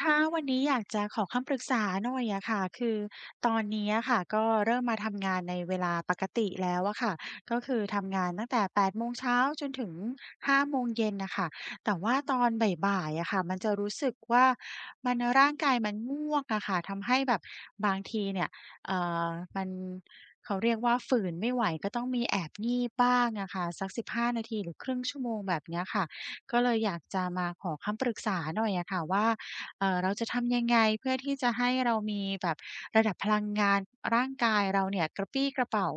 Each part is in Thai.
ค่ะวันนี้อยากจะขอคำปรึกษาหน่อยอะค่ะคือตอนนี้อะค่ะก็เริ่มมาทำงานในเวลาปกติแล้วอะค่ะก็คือทำงานตั้งแต่8โมงเช้าจนถึง5โมงเย็นน่ะค่ะแต่ว่าตอนบ่ายๆอะค่ะมันจะรู้สึกว่ามันร่างกายมันง่วงอะค่ะทำให้แบบบางทีเนี่ยเอ่อมันเขาเรียกว่าฝืนไม่ไหวก็ต้องมีแอบงีบบ้างอะค่ะสัก15นาทีหรือครึ่งชั่วโมงแบบเนี้ยค่ะก็เลยอยากจะมาขอคำปรึกษาหน่อยอะค่ะว่า เราจะทำยังไงเพื่อที่จะให้เรามีแบบระดับพลังงานร่างกายเราเนี่ยกระปรี้กระเปร่า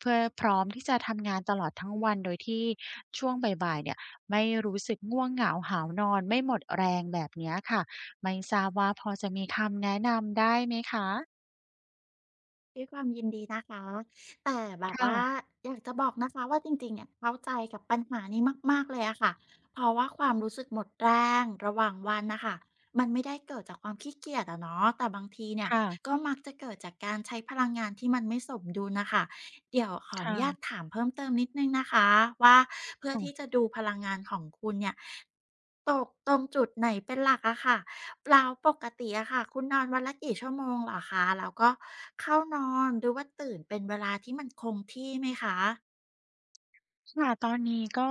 เพื่อพร้อมที่จะทำงานตลอดทั้งวันโดยที่ช่วงบ่ายๆเนี่ยไม่รู้สึกง่วงเหงาหาวนอนไม่หมดแรงแบบเนี้ยค่ะไม่ทราบว่าพอจะมีคำแนะนำได้ไหมคะด้วยความยินดีนะคะ แต่แบบว่าค่ะอยากจะบอกนะคะว่าจริงๆเนี่ยเข้าใจกับปัญหานี้มากๆเลยอะค่ะเพราะว่าความรู้สึกหมดแรงระหว่างวันน่ะค่ะมันไม่ได้เกิดจากความขี้เกียจอะเนาะแต่บางทีเนี่ยค่ะก็มักจะเกิดจากการใช้พลังงานที่มันไม่สมดุลน่ะค่ะเดี๋ยวขออนุญาตค่ะถามเพิ่มเติมนิดหนึ่งนะคะว่าเพื่อค่ะ ที่จะดูพลังงานของคุณเนี่ยตกตรงจุดไหนเป็นหลักอะค่ะ แล้วปกติอะค่ะคุณนอนวันละกี่ชั่วโมงเหรอคะแล้วก็เข้านอนหรือว่าตื่นเป็นเวลาที่มันคงที่ไหมคะค่ะตอนนี้ก็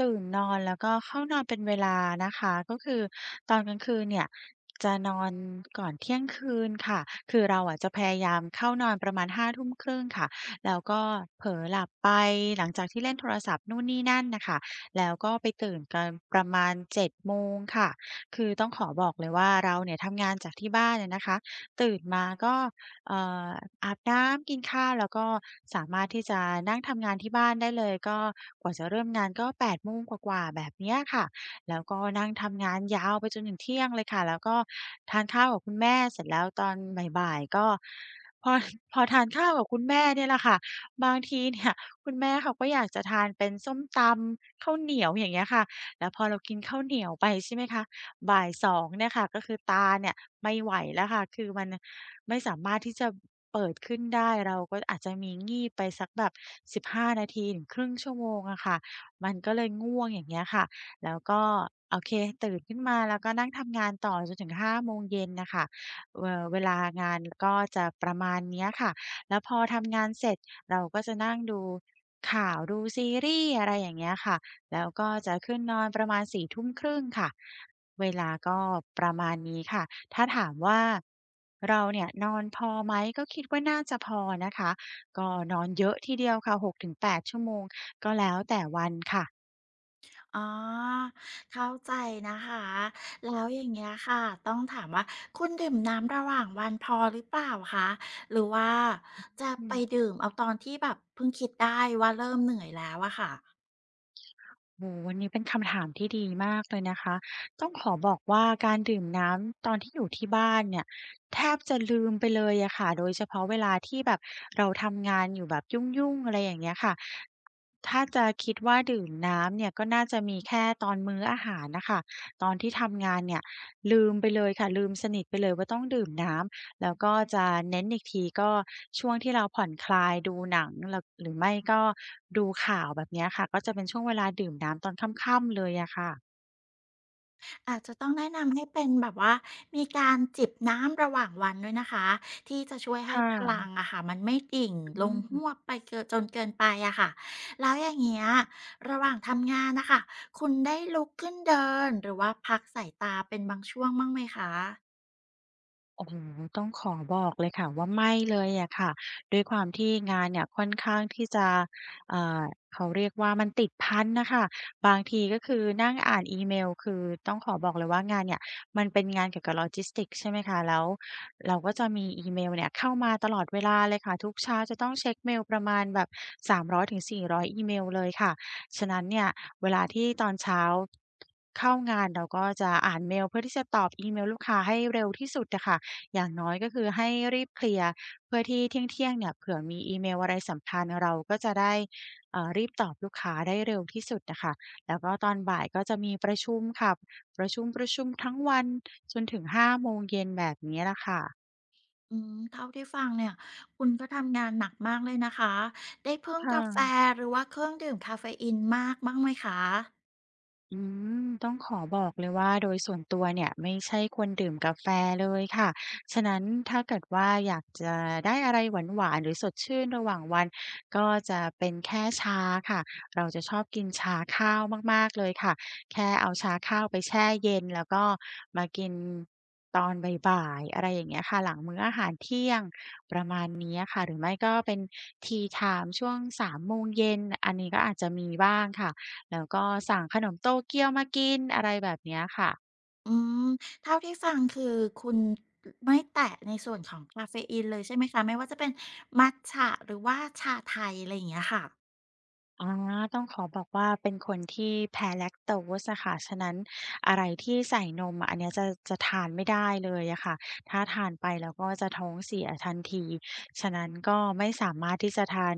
ตื่นนอนแล้วก็เข้านอนเป็นเวลานะคะก็คือตอนกลางคืนเนี่ยจะนอนก่อนเที่ยงคืนค่ะคือเราอะจะพยายามเข้านอนประมาณห้าทุ่มคร่งค่ะแล้วก็เผลอหลับไปหลังจากที่เล่นโทรศัพท์นู่นนี่นั่นน่ะค่ะแล้วก็ไปตื่นกันประมาณ7โมงค่ะคือต้องขอบอกเลยว่าเราเนี่ยทำงานจากที่บ้านอะนะคะตื่นมาก็ เอ่ออาบน้ำกินข้าวแล้วก็สามารถที่จะนั่งทำงานที่บ้านได้เลยก็กว่าจะเริ่มงานก็แปดโมงกว่าๆแบบเนี้ยค่ะแล้วก็นั่งทำงานยาวไปจนถึงเที่ยงเลยค่ะแล้วก็ทานข้าวกับคุณแม่เสร็จแล้วตอนบ่ายๆก็พอ พอทานข้าวกับคุณแม่เนี่ยแหละค่ะบางทีเนี่ยคุณแม่เขาก็อยากจะทานเป็นส้มตำข้าวเหนียวอย่างเงี้ยค่ะแล้วพอเรากินข้าวเหนียวไปใช่ไหมคะบ่ายสองเนี่ยค่ะก็คือตาเนี่ยไม่ไหวแล้วค่ะคือมัน ไม่สามารถที่จะเปิดขึ้นได้เราก็อาจจะมีงีบไปสักแบบ15นาทีถึงครึ่งชั่วโมงอะค่ะมันก็เลยง่วงอย่างเงี้ยค่ะแล้วก็โอเคตื่นขึ้นมาแล้วก็นั่งทำงานต่อจนถึง5โมงเย็นน่ะค่ะเวลางานก็จะประมาณเนี้ยค่ะแล้วพอทำงานเสร็จเราก็จะนั่งดูข่าวดูซีรีส์อะไรอย่างเงี้ยค่ะแล้วก็จะขึ้นนอนประมาณสี่ทุ่มครึ่งค่ะเวลาก็ประมาณนี้ค่ะ ถ้าถามว่าเราเนี่ยนอนพอไหมก็คิดว่าน่าจะพอนะคะก็นอนเยอะทีเดียวค่ะหกถึงอ๋อเข้าใจนะคะแล้วอย่างเงี้ยค่ะต้องถามว่าคุณดื่มน้ำระหว่างวันพอหรือเปล่าคะหรือว่าจะอืไปมดื่มเอาตอนที่แบบเพิ่งคิดได้ว่าเริ่มเหนื่อยแล้วอะค่ะ โอ้โฮวันนี้เป็นคำถามที่ดีมากเลยนะคะต้องขอบอกว่าการดื่มน้ำตอนที่อยู่ที่บ้านเนี่ยแทบจะลืมไปเลยอะค่ะโดยเฉพาะเวลาที่แบบเราทำงานอยู่แบบยุ่งๆอะไรอย่างเงี้ยค่ะถ้าจะคิดว่าดื่มน้ำเนี่ยก็น่าจะมีแค่ตอนมื้ออาหารน่ะค่ะตอนที่ทำงานเนี่ย สนิทไปเลยว่าต้องดื่มน้ำแล้วก็จะเน้นอีกทีก็ช่วงที่เราผ่อนคลายดูหนังแล้วหรือไม่ก็ดูข่าวแบบเนี้ยค่ะก็จะเป็นช่วงเวลาดื่มน้ำตอนค่ำๆเลยอะค่ะอาจจะต้องแนะนำให้เป็นแบบว่ามีการจิบน้ำระหว่างวันด้วยนะคะที่จะช่วยให้ค่พลังะอะค่ะมันไม่ดิ่งลอืงหวบม ไปเกินจนเกินไปอะค่ะแล้วอย่างเงี้ยระหว่างทำงานนะคะคุณได้ลุกขึ้นเดินหรือว่าพักสายตาเป็นบางช่วงบ้างไหมคะโอ้โฮต้องขอบอกเลยค่ะว่าไม่เลยอะค่ะด้วยความที่งานเนี่ยค่อนข้างที่จะอ่าเขาเรียกว่ามันติดพันน่ะค่ะบางทีก็คือนั่งอ่านอีเมลคือต้องขอบอกเลยว่างานเนี่ยมันเป็นงานเกี่ยวกับ Logistics ใช่ไหมคะแล้วเราก็จะมีอีเมลเนี่ยเข้ามาตลอดเวลาเลยค่ะทุกเช้าจะต้องเช็กเมลประมาณแบบ300-400อยถึงสีร้อยอีเมลเลยค่ะฉะนั้นเนี่ยเวลาที่ตอนเช้าเข้างานเราก็จะอ่านเมลเพื่อที่จะตอบอีเมลลูกค้าให้เร็วที่สุดอะค่ะ อย่างน้อยก็คือให้รีบเคลียร์เพื่อที่เที่ยงๆเนี่ยเผื่อมีอีเมลอะไรสำคัญเราก็จะได้รีบตอบลูกค้าได้เร็วที่สุดอะค่ะแล้วก็ตอนบ่ายก็จะมีประชุมค่ะประชุมๆทั้งวันจนถึง5โมงเย็นแบบนี้แหละค่ะอืมเท่าที่ฟังเนี่ยคุณก็ทำงานหนักมากเลยนะคะได้พึ่งกาแฟค่ะ หรือว่าเครื่องดื่มกาเฟอีนมากบ้างไหมคะ อืมต้องขอบอกเลยว่าโดยส่วนตัวเนี่ยไม่ใช่คนดื่มกาแฟเลยค่ะ ฉะนั้นถ้าเกิดว่าอยากจะได้อะไรหวานๆหรือสดชื่นระหว่างวันก็จะเป็นแค่ชาค่ะ เราจะชอบกินชาข้าวมากๆเลยค่ะ แค่เอาชาข้าวไปแช่เย็นแล้วก็มากินตอนบ่ายๆอะไรอย่างเงี้ยค่ะหลังมื้ออาหารเที่ยงประมาณนี้อะค่ะหรือไม่ก็เป็น Tea Time ช่วงสามโมงเย็นอันนี้ก็อาจจะมีบ้างค่ะ แล้วก็สั่งขนมโตเกียวมากินอะไรแบบเนี้ยค่ะ อืมเท่าที่ฟังคือคุณไม่แตะในส่วนของคาเฟอีนเลยใช่ไหมคะไม่ว่าจะเป็นมัตจะหรือว่าชาไทยอะไรอย่างเงี้ยค่ะอต้องขอบอกว่าเป็นคนที่แพ้ l a คโต o s e อะค่ะฉะนั้นอะไรที่ใส่นมอะอันเนี้ยจะทานไม่ได้เลยอะค่ะถ้าทานไปแล้วก็จะท้องเสียทันที ฉะนั้นก็ไม่สามารถที่จะทาน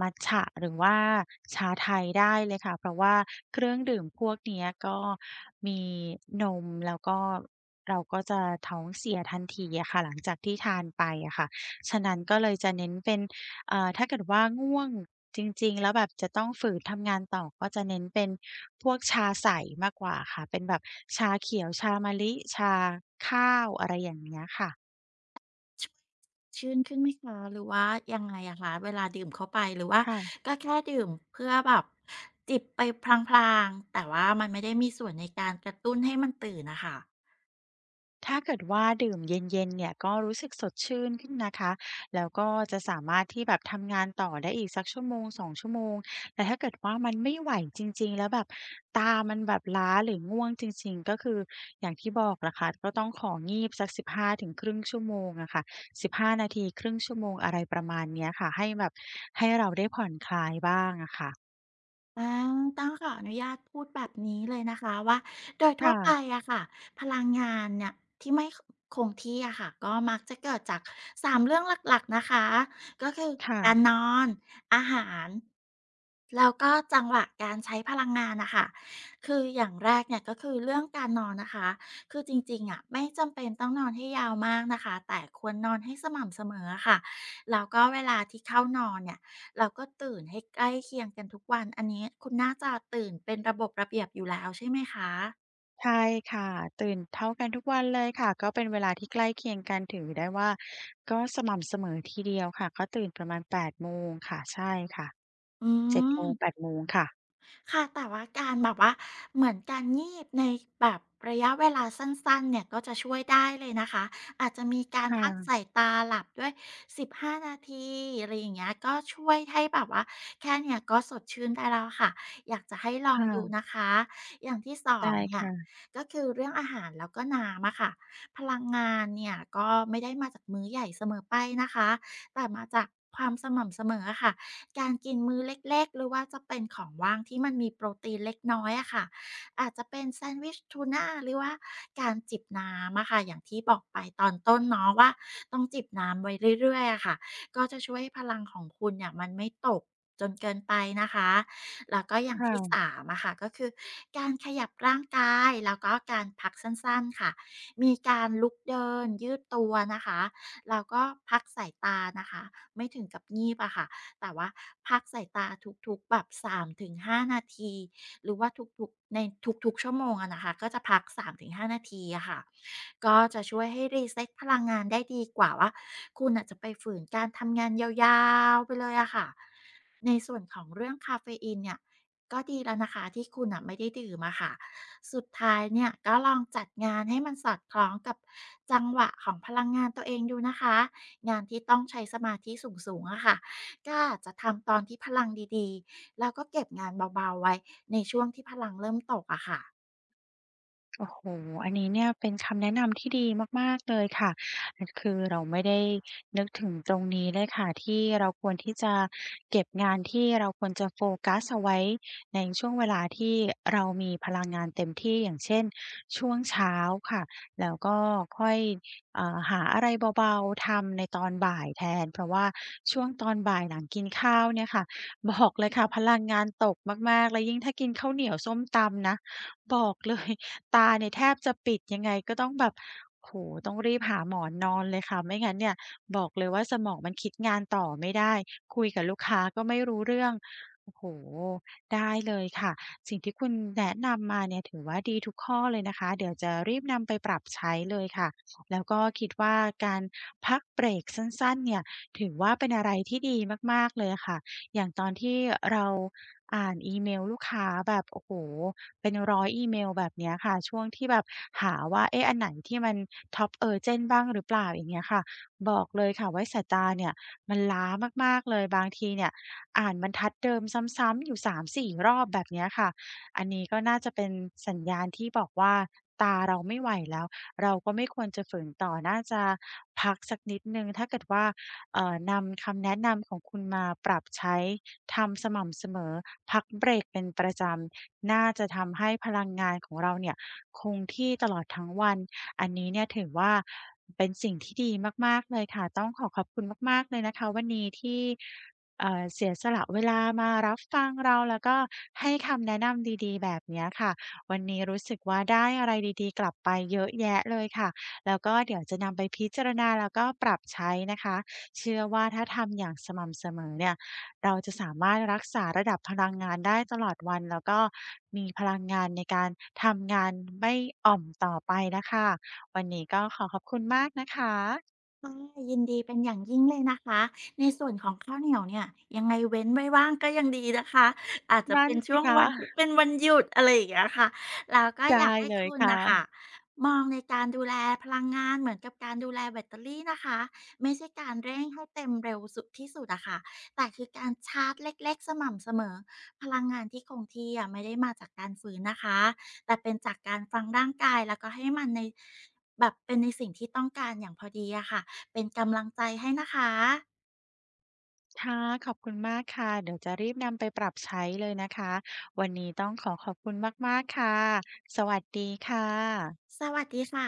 มัตจะหรือว่าชาไทยได้เลยค่ะเพราะว่าเครื่องดื่มพวกเนี้ยก็มีนมแล้วก็เราก็จะท้องเสียทันทีอะค่ะหลังจากที่ทานไปอะค่ะ ฉะนั้นก็เลยจะเน้นเป็น อ่าถ้าเกิดว่าง่วงจริงๆแล้วแบบจะต้องฝืนทำงานต่อก็จะเน้นเป็นพวกชาใสมากกว่าค่ะเป็นแบบชาเขียวชามะลิชาข้าวอะไรอย่างเงี้ยค่ะชชื่นขึ้นไหมคะหรือว่ายังไงอะคะเวลาดื่มเข้าไปหรือว่าค่ะ ก็แค่ดื่มเพื่อแบบจิบไปพลางๆแต่ว่ามันไม่ได้มีส่วนในการกระตุ้นให้มันตื่นน่ะค่ะ ถ้าเกิดว่าดื่มเย็นๆเนี่ยก็รู้สึกสดชื่นขึ้นนะคะแล้วก็จะสามารถที่แบบทำงานต่อได้อีกสักชั่วโมง2ชั่วโมงแต่ถ้าเกิดว่ามันไม่ไหวจริงๆแล้วแบบตามันแบบล้าหรือง่วงจริงๆก็คืออย่างที่บอกล่ะค่ะก็ต้องของีบสัก15ถึงครึ่งชั่วโมงอะค่ะ15นาทีครึ่งชั่วโมงอะไรประมาณเนี้ยค่ะให้แบบให้เราได้ผ่อนคลายบ้างอะค่ะอาต้องขออนุญาตพูดแบบนี้เลยนะคะว่าโดยทั่วค่ะไปอะค่ะพลังงานเนี่ยที่ไม่คงที่อะค่ะก็มักจะเกิดจากสามเรื่องหลักๆนะคะก็คือการค่ะ นอนอาหารแล้วก็จังหวะการใช้พลังงานน่ะค่ะคืออย่างแรกเนี่ยก็คือเรื่องการนอนนะคะคือจริงๆอะไม่จำเป็นต้องนอนให้ยาวมากนะคะแต่ควรนอนให้สม่ำเสมออะค่ะแล้วก็เวลาที่เข้านอนเนี่ย เราก็ตื่นให้ใกล้เคียงกันทุกวัน อันนี้คุณน่าจะตื่นเป็นระบบระเบียบอยู่แล้วใช่ไหมคะใช่ค่ะตื่นเท่ากันทุกวันเลยค่ะก็เป็นเวลาที่ใกล้เคียงกันถือได้ว่าก็สม่ำเสมอทีเดียวค่ะก็ตื่นประมาณ8โมงค่ะใช่ค่ะอื7โมงม 8โมงค่ะค่ะแต่ว่าการแบบว่าเหมือนการงีบในแบบระยะเวลาสั้นๆเนี่ยก็จะช่วยได้เลยนะคะอาจจะมีการพักค่ะสายตาหลับด้วย15นาทีอะไรอย่างเงี้ยก็ช่วยให้แบบว่าแค่เนี้ยก็สดชื่นได้แล้วค่ะอยากจะให้ลองดูค่ะนะคะอย่างที่2ได้เนี่ยค่ะก็คือเรื่องอาหารแล้วก็น้ำอะค่ะพลังงานเนี่ยก็ไม่ได้มาจากมื้อใหญ่เสมอไปนะคะแต่มาจากความสม่ำเสมออะค่ะ การกินมื้อเล็กๆหรือว่าจะเป็นของว่างที่มันมีโปรตีนเล็กน้อยอะค่ะอาจจะเป็นแซนด์วิชทูน่าหรือว่าการจิบน้ำอะค่ะอย่างที่บอกไปตอนต้นเนาะว่าต้องจิบน้ำไว้เรื่อยๆอะค่ะก็จะช่วยให้พลังของคุณเนี่ยมันไม่ตกจนเกินไปนะคะแล้วก็อย่างที่ค่ะ สามอะค่ะก็คือการขยับร่างกายแล้วก็การพักสั้นๆค่ะมีการลุกเดินยืดตัวนะคะแล้วก็พักสายตานะคะไม่ถึงกับงีบอะค่ะ แต่ว่าพักสายตาทุกๆแบบสามถึงห้านาทีหรือว่าทุกๆชั่วโมงอะนะคะก็จะพัก3-5นาทีอะค่ะก็จะช่วยให้ reset พลังงานได้ดีกว่าว่าคุณน่ะจะไปฝืนการทำงานยาวๆไปเลยอะค่ะในส่วนของเรื่องกาเฟอีนเนี่ยก็ดีแล้วนะคะที่คุณน่ะไม่ได้ดื่มอะค่ะสุดท้ายเนี่ยก็ลองจัดงานให้มันสอดคล้องกับจังหวะของพลังงานตัวเองดูนะคะงานที่ต้องใช้สมาธิสูงๆอะค่ะ ก็อาจจะทำตอนที่พลังดีๆ แล้วก็เก็บงานเบาๆไว้ในช่วงที่พลังเริ่มตกอะค่ะ โอ้โฮอันนี้เนี่ยเป็นคำแนะนำที่ดีมากๆเลยค่ะมันคือเราไม่ได้นึกถึงตรงนี้เลยค่ะที่เราควรที่จะเก็บงานที่เราควรจะโฟกัสเอาไว้ในช่วงเวลาที่เรามีพลังงานเต็มที่อย่างเช่นช่วงเช้าค่ะแล้วก็ค่อยหาอะไรเบาๆทำในตอนบ่ายแทนเพราะว่าช่วงตอนบ่ายหลังกินข้าวเนี่ยค่ะ บอกเลยค่ะพลังงานตกมากๆแล้วยิ่งถ้ากินข้าวเหนียวส้มตำนะบอกเลย ตาเนี่ยแทบจะปิดยังไงก็ต้องแบบโอ้โฮต้องรีบหาหมอนนอนเลยค่ะไม่งั้นเนี่ยบอกเลยว่าสมองมันคิดงานต่อไม่ได้คุยกับลูกค้าก็ไม่รู้เรื่องโอ้โฮได้เลยค่ะสิ่งที่คุณแนะนำมาเนี่ยถือว่าดีทุกข้อเลยนะคะเดี๋ยวจะรีบนำไปปรับใช้เลยค่ะแล้วก็คิดว่าการพักเบรกสั้นๆเนี่ยถือว่าเป็นอะไรที่ดีมากๆเลยอะค่ะอย่างตอนที่เราอ่านอีเมลลูกค้าแบบโอ้โฮ เป็นร้อยอีเมลแบบเนี้ยค่ะช่วงที่แบบหาว่าเอ๊ะอันไหนที่มัน Top Urgent บ้างหรือเปล่าอย่างเงี้ยค่ะบอกเลยค่ะว่าสายตาเนี่ยมันล้ามากๆเลยบางทีเนี่ยอ่านบรรทัดเดิมซ้ำๆอยู่3-4รอบแบบเนี้ยค่ะอันนี้ก็น่าจะเป็นสัญญาณที่บอกว่าตาเราไม่ไหวแล้วเราก็ไม่ควรจะฝืนต่อน่าจะพักสักนิดหนึ่งถ้าเกิดว่านำคำแนะนำของคุณมาปรับใช้ทำสม่ำเสมอพักเบรกเป็นประจำ น่าจะทำให้พลังงานของเราเนี่ยคงที่ตลอดทั้งวัน อันนี้เนี่ยถือว่าเป็นสิ่งที่ดีมากๆเลยค่ะ ต้องขอขอบคุณมากๆเลยนะคะวันนี้ที่เสียสละเวลามารับฟังเราแล้วก็ให้คำแนะนำดีๆแบบเนี้ยค่ะ วันนี้รู้สึกว่าได้อะไรดีๆกลับไปเยอะแยะเลยค่ะ แล้วก็เดี๋ยวจะนำไปพิจารณาแล้วก็ปรับใช้นะคะ เชื่อว่าถ้าทำอย่างสม่ำเสมอเนี่ย เราจะสามารถรักษาระดับพลังงานได้ตลอดวันแล้วก็มีพลังงานในการทำงานไม่อ่อมต่อไปนะคะวันนี้ก็ขอขอบคุณมากนะคะค่ะยินดีเป็นอย่างยิ่งเลยนะคะในส่วนของข้าวเหนียวเนี่ยยังไงเว้นไว้ว่างก็ยังดีนะคะอาจจะนั่เป็นนช่สิวงคะวันที่เป็นวันหยุดอะไรอย่างเงี้ยค่ะแล้วก็อยาได้กให้เลยคุณนะคะค่ะมองในการดูแลพลังงานเหมือนกับการดูแลแบตเตอรี่นะคะไม่ใช่การเร่งให้เต็มเร็วสุดที่สุดอะค่ะแต่คือการชาร์จเล็กๆสม่ำเสมอพลังงานที่คงที่อะไม่ได้มาจากการฝืนนะคะแต่เป็นจากการฟังร่างกายแล้วก็ให้มันในแบบเป็นในสิ่งที่ต้องการอย่างพอดีอะค่ะ เป็นกำลังใจให้นะคะ ค่ะขอบคุณมากค่ะเดี๋ยวจะรีบนำไปปรับใช้เลยนะคะวันนี้ต้องขอขอบคุณมากๆค่ะสวัสดีค่ะสวัสดีค่ะ